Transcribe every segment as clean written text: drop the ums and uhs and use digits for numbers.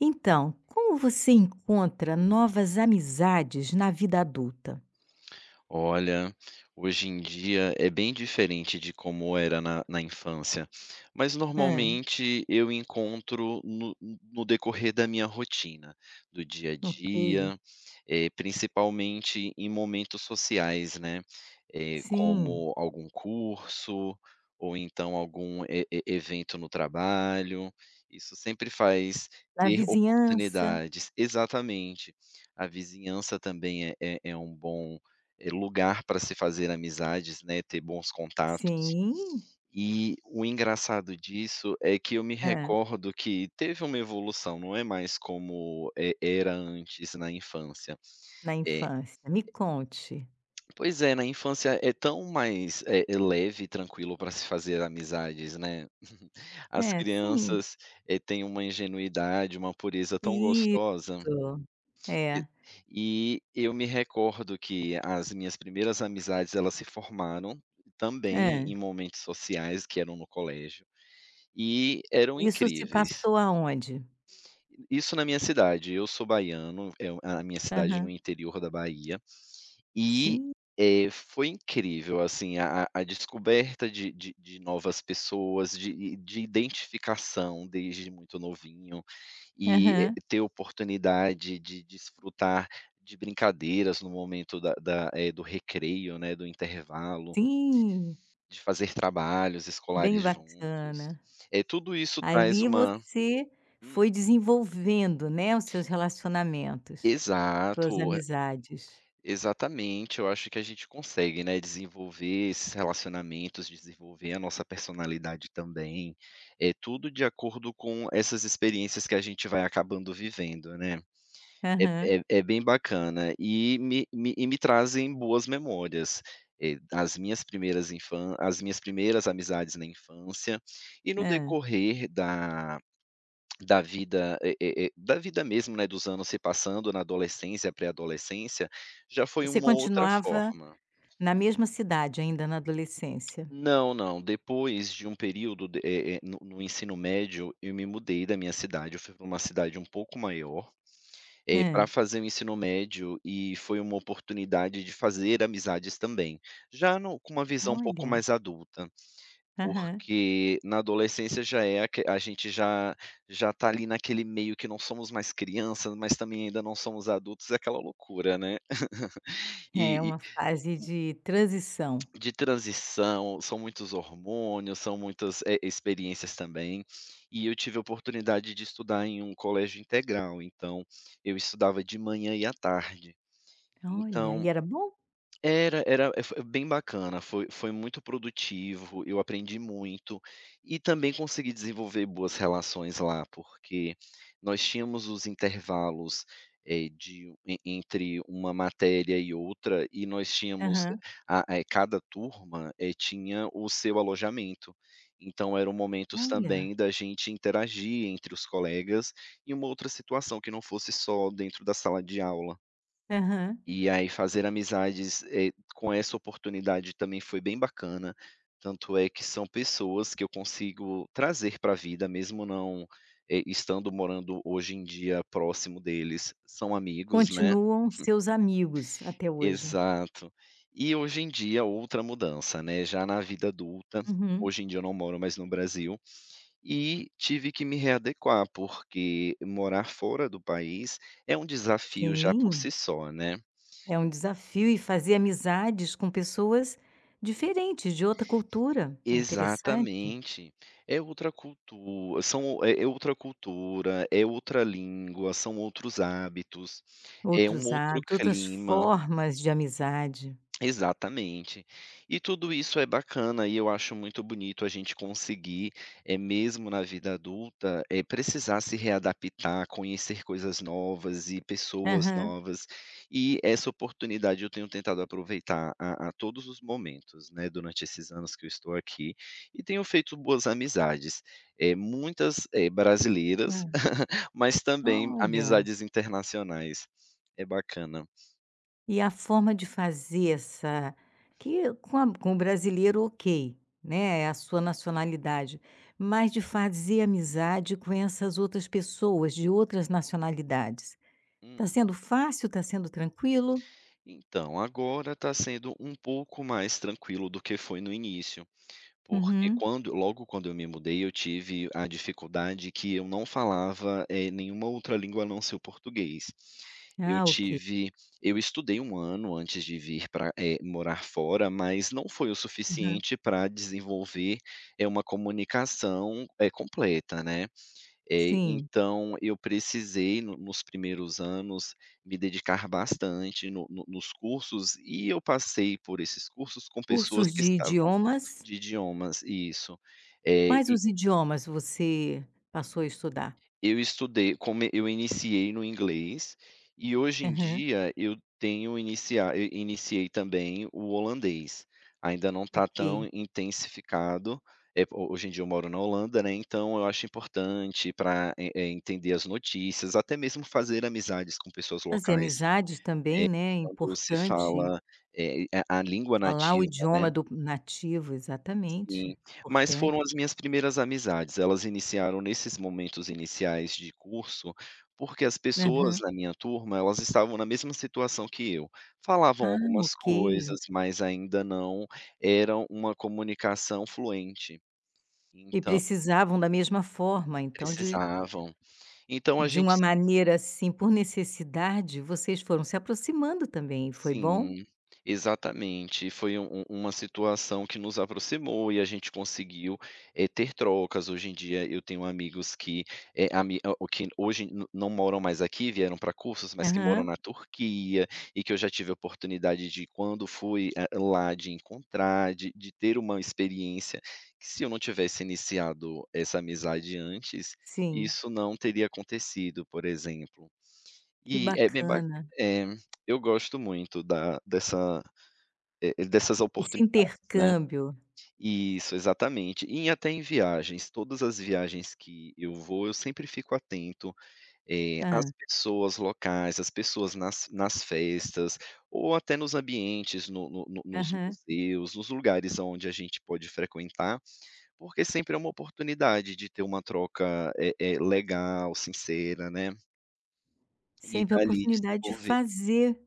Então, como você encontra novas amizades na vida adulta? Olha, hoje em dia é bem diferente de como era na infância, mas Hã, normalmente eu encontro no decorrer da minha rotina, do dia a ok. dia, principalmente em momentos sociais, né, Sim. como algum curso ou então algum evento no trabalho, isso sempre faz Na ter vizinhança? oportunidades exatamente. A vizinhança também é um bom lugar para se fazer amizades, né, ter bons contatos. Sim. E o engraçado disso é que eu me Hã. recordo que teve uma evolução, não é mais como, era antes na infância. Na É, infância. Me conte. pois é, na infância é tão mais, leve e tranquilo para se fazer amizades, né. As É, sim. crianças, têm uma ingenuidade, uma pureza tão Isso. gostosa. É. E e eu me recordo que as minhas primeiras amizades, elas se formaram Hã. também em momentos sociais que eram no colégio, e eram Isso se incríveis. passou aonde? Isso na minha cidade, eu sou baiano, é a minha cidade no Aham. interior da Bahia, e, Sim. Foi incrível, assim, a descoberta de de novas pessoas, de identificação desde muito novinho e Aham. ter oportunidade de desfrutar de brincadeiras no momento da do recreio, né, do intervalo, Sim. de fazer trabalhos escolares Bem juntos. bacana. É tudo isso traz Ali uma você hum, foi desenvolvendo, né, os seus relacionamentos. Suas exato, amizades. exatamente, eu acho que a gente consegue, né, desenvolver esses relacionamentos, desenvolver a nossa personalidade também, é tudo de acordo com essas experiências que a gente vai acabando vivendo, né. É Aham. é bem bacana e me trazem boas memórias, as minhas primeiras amizades na infância e no Hã. decorrer da vida, da vida mesmo, né, dos anos se passando na adolescência, pré-adolescência, já foi Você uma outra continuava forma. na mesma cidade ainda na adolescência? Não, não, depois de um período de no ensino médio, eu me mudei da minha cidade, eu fui para uma cidade um pouco maior. Pra Hã. fazer o ensino médio e foi uma oportunidade de fazer amizades também. Já no com uma visão um pouco Olha. mais adulta, Aham. porque na adolescência já é aque a gente já já tá ali naquele meio que não somos mais crianças, mas também ainda não somos adultos, é aquela loucura, né. É E uma fase de transição. e de transição, são muitos hormônios, são muitas, experiências também. E eu tive a oportunidade de estudar em um colégio integral, então eu estudava de manhã e à tarde. Olha, e Então era bom? Foi bem bacana, foi muito produtivo, eu aprendi muito, e também consegui desenvolver boas relações lá, porque nós tínhamos os intervalos, eh, de en entre uma matéria e outra, e nós tínhamos Aham. Cada turma, tinha o seu alojamento. Então eram momentos Olha. também da gente interagir entre os colegas, em uma outra situação que não fosse só dentro da sala de aula. Aham. E aí fazer amizades, com essa oportunidade também foi bem bacana, tanto é que são pessoas que eu consigo trazer para a vida, mesmo não, estando morando hoje em dia próximo deles, são amigos, né, Continuam seus amigos até hoje? exato. E hoje em dia outra mudança, né, já na vida adulta, Uhum. hoje em dia eu não moro mais no Brasil, e tive que me readequar, porque morar fora do país é um desafio já por Sim, si só, né. é um desafio e fazer amizades com pessoas diferentes, de outra cultura. É interessante. Exatamente. É outra cultura, são outra cultura, é outra língua, são outros hábitos, é um Outros outro hábitos, outras clima. formas de amizade. Exatamente. E tudo isso é bacana e eu acho muito bonito a gente conseguir, é mesmo na vida adulta, é precisar se readaptar, conhecer coisas novas e pessoas Aham. novas. E essa oportunidade eu tenho tentado aproveitar a todos os momentos, né, durante esses anos que eu estou aqui, e tenho feito boas amizades, é muitas, Hã. brasileiras, mas também Olha, amizades internacionais. É bacana. e a forma de fazer essa que com o brasileiro, ok, né, é a sua nacionalidade, mas de fazer amizade com essas outras pessoas de outras nacionalidades. Tá Hum. sendo fácil? Tá sendo tranquilo? Então, agora está sendo um pouco mais tranquilo do que foi no início, porque Uhum. quando logo quando eu me mudei, eu tive a dificuldade que eu não falava, nenhuma outra língua a não ser o português. Eu Ah, ok. tive eu estudei um ano antes de vir para morar fora, mas não foi o Aham. suficiente para desenvolver, uma comunicação, completa, né. Sim. Então eu precisei no nos primeiros anos me dedicar bastante no no nos cursos e eu passei por esses cursos com pessoas Cursos que de estavam idiomas? de idiomas, isso. Eh, Quais e os idiomas você passou a estudar? eu estudei come eu iniciei no inglês, e hoje em Aham. dia eu tenho iniciar e iniciei também o holandês. Ainda não está Ok. tão intensificado, eh, ho hoje em dia eu moro na Holanda, né, então eu acho importante para, entender as notícias, até mesmo fazer amizades com pessoas Fazer locais, amizades também, né, é quando se importante. fala, a língua Falar o nativa, né. idioma do nativo, exatamente. Sim, mas Importante. foram as minhas primeiras amizades, elas iniciaram nesses momentos iniciais de curso, porque as pessoas Aham. na minha turma, elas estavam na mesma situação que eu, falavam Ah, algumas ok. coisas, mas ainda não eram uma comunicação fluente, E então precisavam da mesma forma, então precisavam. Então a de gente, uma maneira, assim, por necessidade, vocês foram se aproximando também, foi bom? sim, exatamente. Foi uma situação que nos aproximou e a gente conseguiu, ter trocas. Hoje em dia eu tenho amigos que, o que hoje n não moram mais aqui, vieram para cursos, mas que moram Aham. na Turquia e que eu já tive a oportunidade de quando fui, lá de encontrar, de ter uma experiência que se eu não tivesse iniciado essa amizade antes, Sim, isso não teria acontecido, por exemplo. que E é bem ba bacana. eh, eu gosto muito da dessa, dessas Esse oportunidades, né. intercâmbio. Isso, exatamente. E até em viagens, todas as viagens que eu vou, eu sempre fico atento, às Hã. pessoas locais, às pessoas nas festas, ou até nos ambientes, no no no nos Aham. museus, nos lugares aonde a gente pode frequentar, porque sempre é uma oportunidade de ter uma troca, legal, sincera, né, e Sempre a dali oportunidade de desenvolver. fazer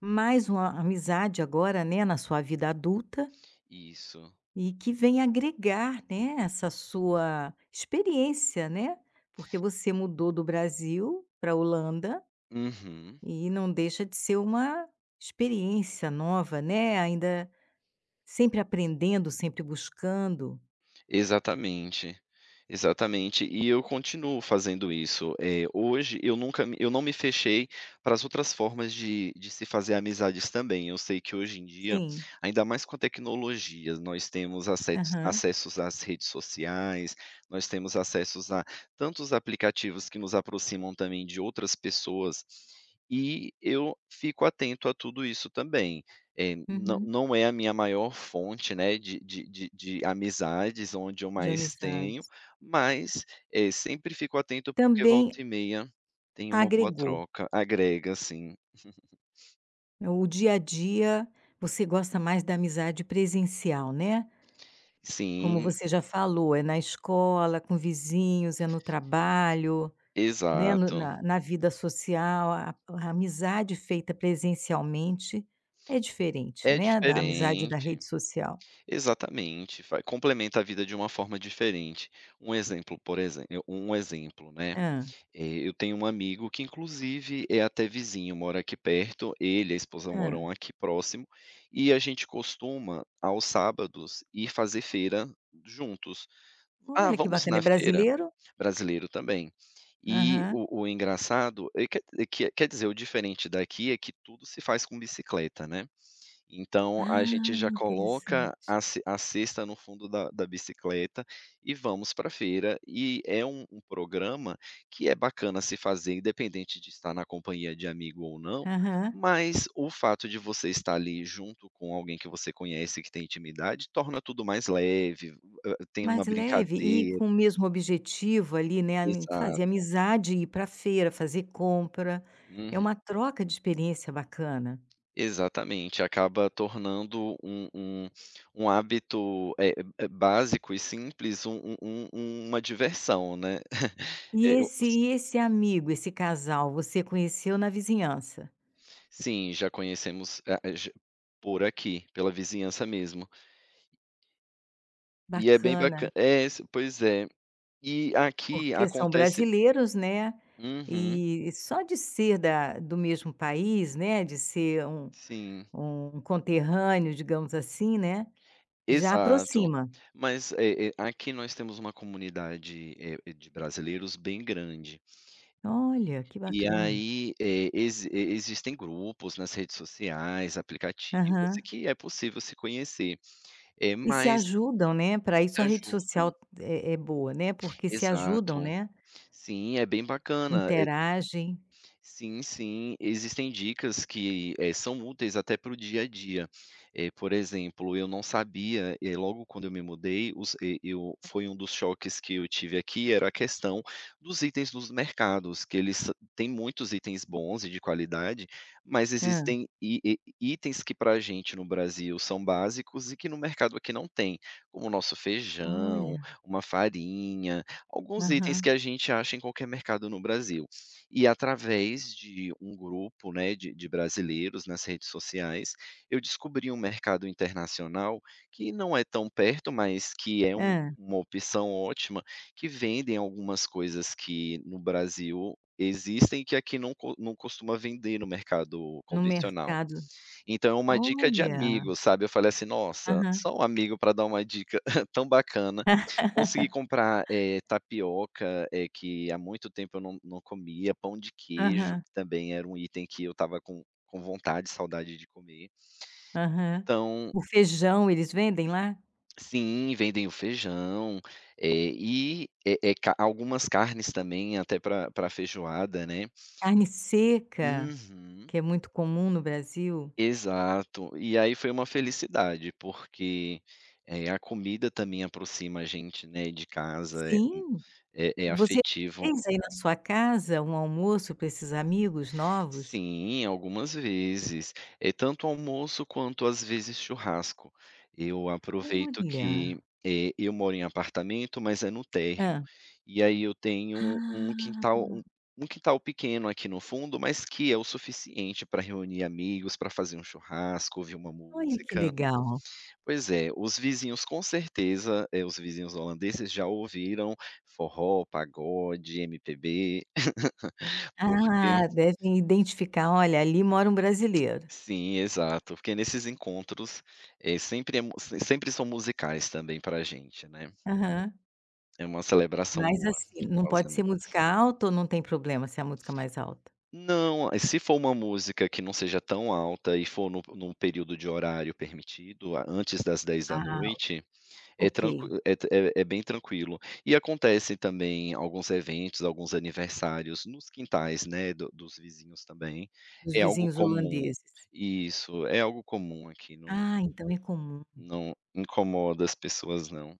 mais uma amizade agora, né, na sua vida adulta. Isso. E que vem agregar, né, essa sua experiência, né, porque você mudou do Brasil para a Holanda Uhum, e não deixa de ser uma experiência nova, né, ainda sempre aprendendo, sempre buscando. exatamente, exatamente. E eu continuo fazendo isso. Hoje eu não me fechei para as outras formas de se fazer amizades também. Eu sei que hoje em dia, Sim. ainda mais com a tecnologia, nós temos acetos Aham. acessos às redes sociais, nós temos acessos a tantos aplicativos que nos aproximam também de outras pessoas, e eu fico atento a tudo isso também. Uhum. Não é a minha maior fonte, né, de amizades, onde eu De mais tenho, amizades. mas, sempre fico atento, porque volta Também e meia tem uma boa agregou. troca, agrega sim. Né, o dia a dia, você gosta mais da amizade presencial, né, como Sim, você já falou, é na escola, com vizinhos, é no trabalho. Né, no exato. na vida social, a amizade feita presencialmente é diferente, É né, da amizade da diferente. rede social. Exatamente, vai complementa a vida de uma forma diferente. Por exemplo, um exemplo, né. Hã, Eu tenho um amigo que inclusive é até vizinho, mora aqui perto, ele e a esposa hã. moram aqui próximo, e a gente costuma, aos sábados, ir fazer feira juntos. "Ah, Olha que vamos bacana, na é feira?" brasileiro? Brasileiro também. E Aham. o engraçado é quer dizer, o diferente daqui é que tudo se faz com bicicleta, né. Então a gente Ah, já coloca interessante. A cesta no fundo da bicicleta e vamos pra feira, e é um programa que é bacana se fazer independente de estar na companhia de amigo ou não, Aham. mas o fato de você estar ali junto com alguém que você conhece, que tem intimidade, torna tudo mais leve, tem uma Mais leve e brincadeira. com o mesmo objetivo ali, né, ali Exato. fazer amizade, ir pra feira, fazer compra, é Uhum. uma troca de experiência bacana. Exatamente, acaba tornando um hábito, básico e simples uma diversão, né. Eh, eu E esse amigo, esse casal, você conheceu na vizinhança? sim, já conhecemos a j por aqui, pela vizinhança mesmo. E é bem Bacana. bacana, é, s pois é. E aqui Porque são acontece, brasileiros, né, uhum, e só de ser da do mesmo país, né, de ser um sim, um conterrâneo, digamos assim, né, já exato. aproxima. Mas, aqui nós temos uma comunidade, de brasileiros bem grande. Olha, que E bacana. aí, existem grupos nas redes sociais, aplicativos, e Aham. que é possível se conhecer, é E se mas ajudam, né, para isso se a rede social ajudam. é boa, né, porque se ajudam, Exato. né, Sim, é bem bacana. interagem. Sim, sim, existem dicas que, são úteis até para o dia a dia. Por exemplo, eu não sabia, logo quando eu me mudei, os e eu foi um dos choques que eu tive aqui, era a questão dos itens dos mercados, que eles têm muitos itens bons e de qualidade, mas Hã. existem i e itens que para a gente no Brasil são básicos e que no mercado aqui não tem, como o nosso feijão, Olha. uma farinha, alguns itens que Aham. a gente acha em qualquer mercado no Brasil. E através de um grupo, né, de brasileiros nas redes sociais, eu descobri um mercado internacional que não é tão perto, mas que é Hã. uma opção ótima, que vendem algumas coisas que no Brasil existem, que aqui não costuma vender no mercado No convencional. mercado. Então, é uma dica de Olha. amigo, sabe, eu falei assim: "Nossa, Aham. só um amigo para dar uma dica tão bacana". Consegui comprar, tapioca, que há muito tempo eu não comia, pão de queijo, Aham. que também era um item que eu estava com vontade, saudade de comer. Aham. Então O feijão eles vendem lá? sim, vendem o feijão, eh, e, eh eh, ca algumas carnes também, até para feijoada, né. Carne seca, Uhum. que é muito comum no Brasil. Exato. E aí foi uma felicidade, porque, a comida também aproxima a gente, né, de casa, Sim, é é você afetivo. fez aí na sua casa um almoço para esses amigos novos? Sim, algumas vezes. É tanto almoço quanto às vezes churrasco. Eu aproveito que, Olha. Eu moro em apartamento, mas é no térreo. Hã. E aí eu tenho um Ah, quintal um um quintal pequeno aqui no fundo, mas que é o suficiente para reunir amigos, para fazer um churrasco, ouvir uma olha que música. legal. Pois é, os vizinhos com certeza, os vizinhos holandeses já ouviram forró, pagode, MPB, porque Ah, devem identificar: "Olha, ali mora um brasileiro". sim, exato, porque nesses encontros, sempre é mu se- sempre são musicais também pra gente, né, Aham. é uma celebração Mas boa assim, não com os pode ser amigos. música alta ou não tem problema se é a música mais alta? Não, se for uma música que não seja tão alta e for no num período de horário permitido, antes das dez da Ah, noite. Ok. É é bem tranquilo. E acontece também alguns eventos, alguns aniversários nos quintais, né, do dos vizinhos também. Os É algo vizinhos comum. holandeses. Isso, é algo comum aqui, Ah, então é comum. não incomoda as pessoas não.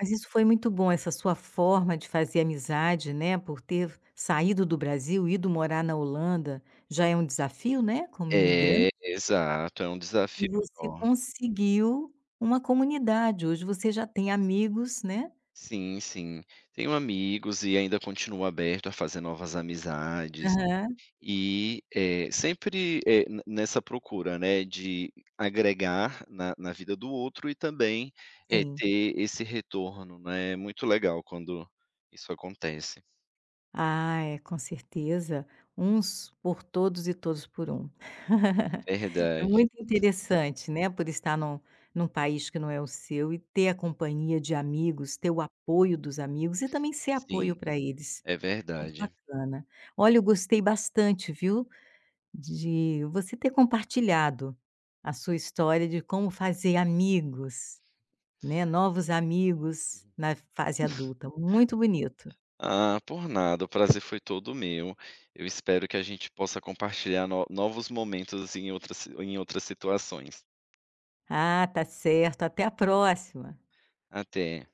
Mas isso foi muito bom, essa sua forma de fazer amizade, né, por ter saído do Brasil, ido morar na Holanda, já é um desafio, né, como É, imigrante, exato, é um e desafio você enorme. conseguiu uma comunidade, hoje você já tem amigos, né? Sim, sim. Tenho amigos e ainda continuo aberto a fazer novas amizades. Aham, E, sempre, eh, ne nessa procura, né, de agregar na vida do outro e também, sim. ter esse retorno, né, é muito legal quando isso acontece. Ah, é, com certeza. Uns por todos e todos por um. É É verdade. muito interessante, né, por estar num num país que não é o seu e ter a companhia de amigos, ter o apoio dos amigos e também ser apoio Sim, para eles. é Muito verdade. bacana. Olha, eu gostei bastante, viu, de você ter compartilhado a sua história de como fazer amigos, né, novos amigos na fase adulta. Muito bonito. Ah, por nada, o prazer foi todo meu. Eu espero que a gente possa compartilhar no novos momentos em outras situações. Ah, tá certo. Até a próxima. Até.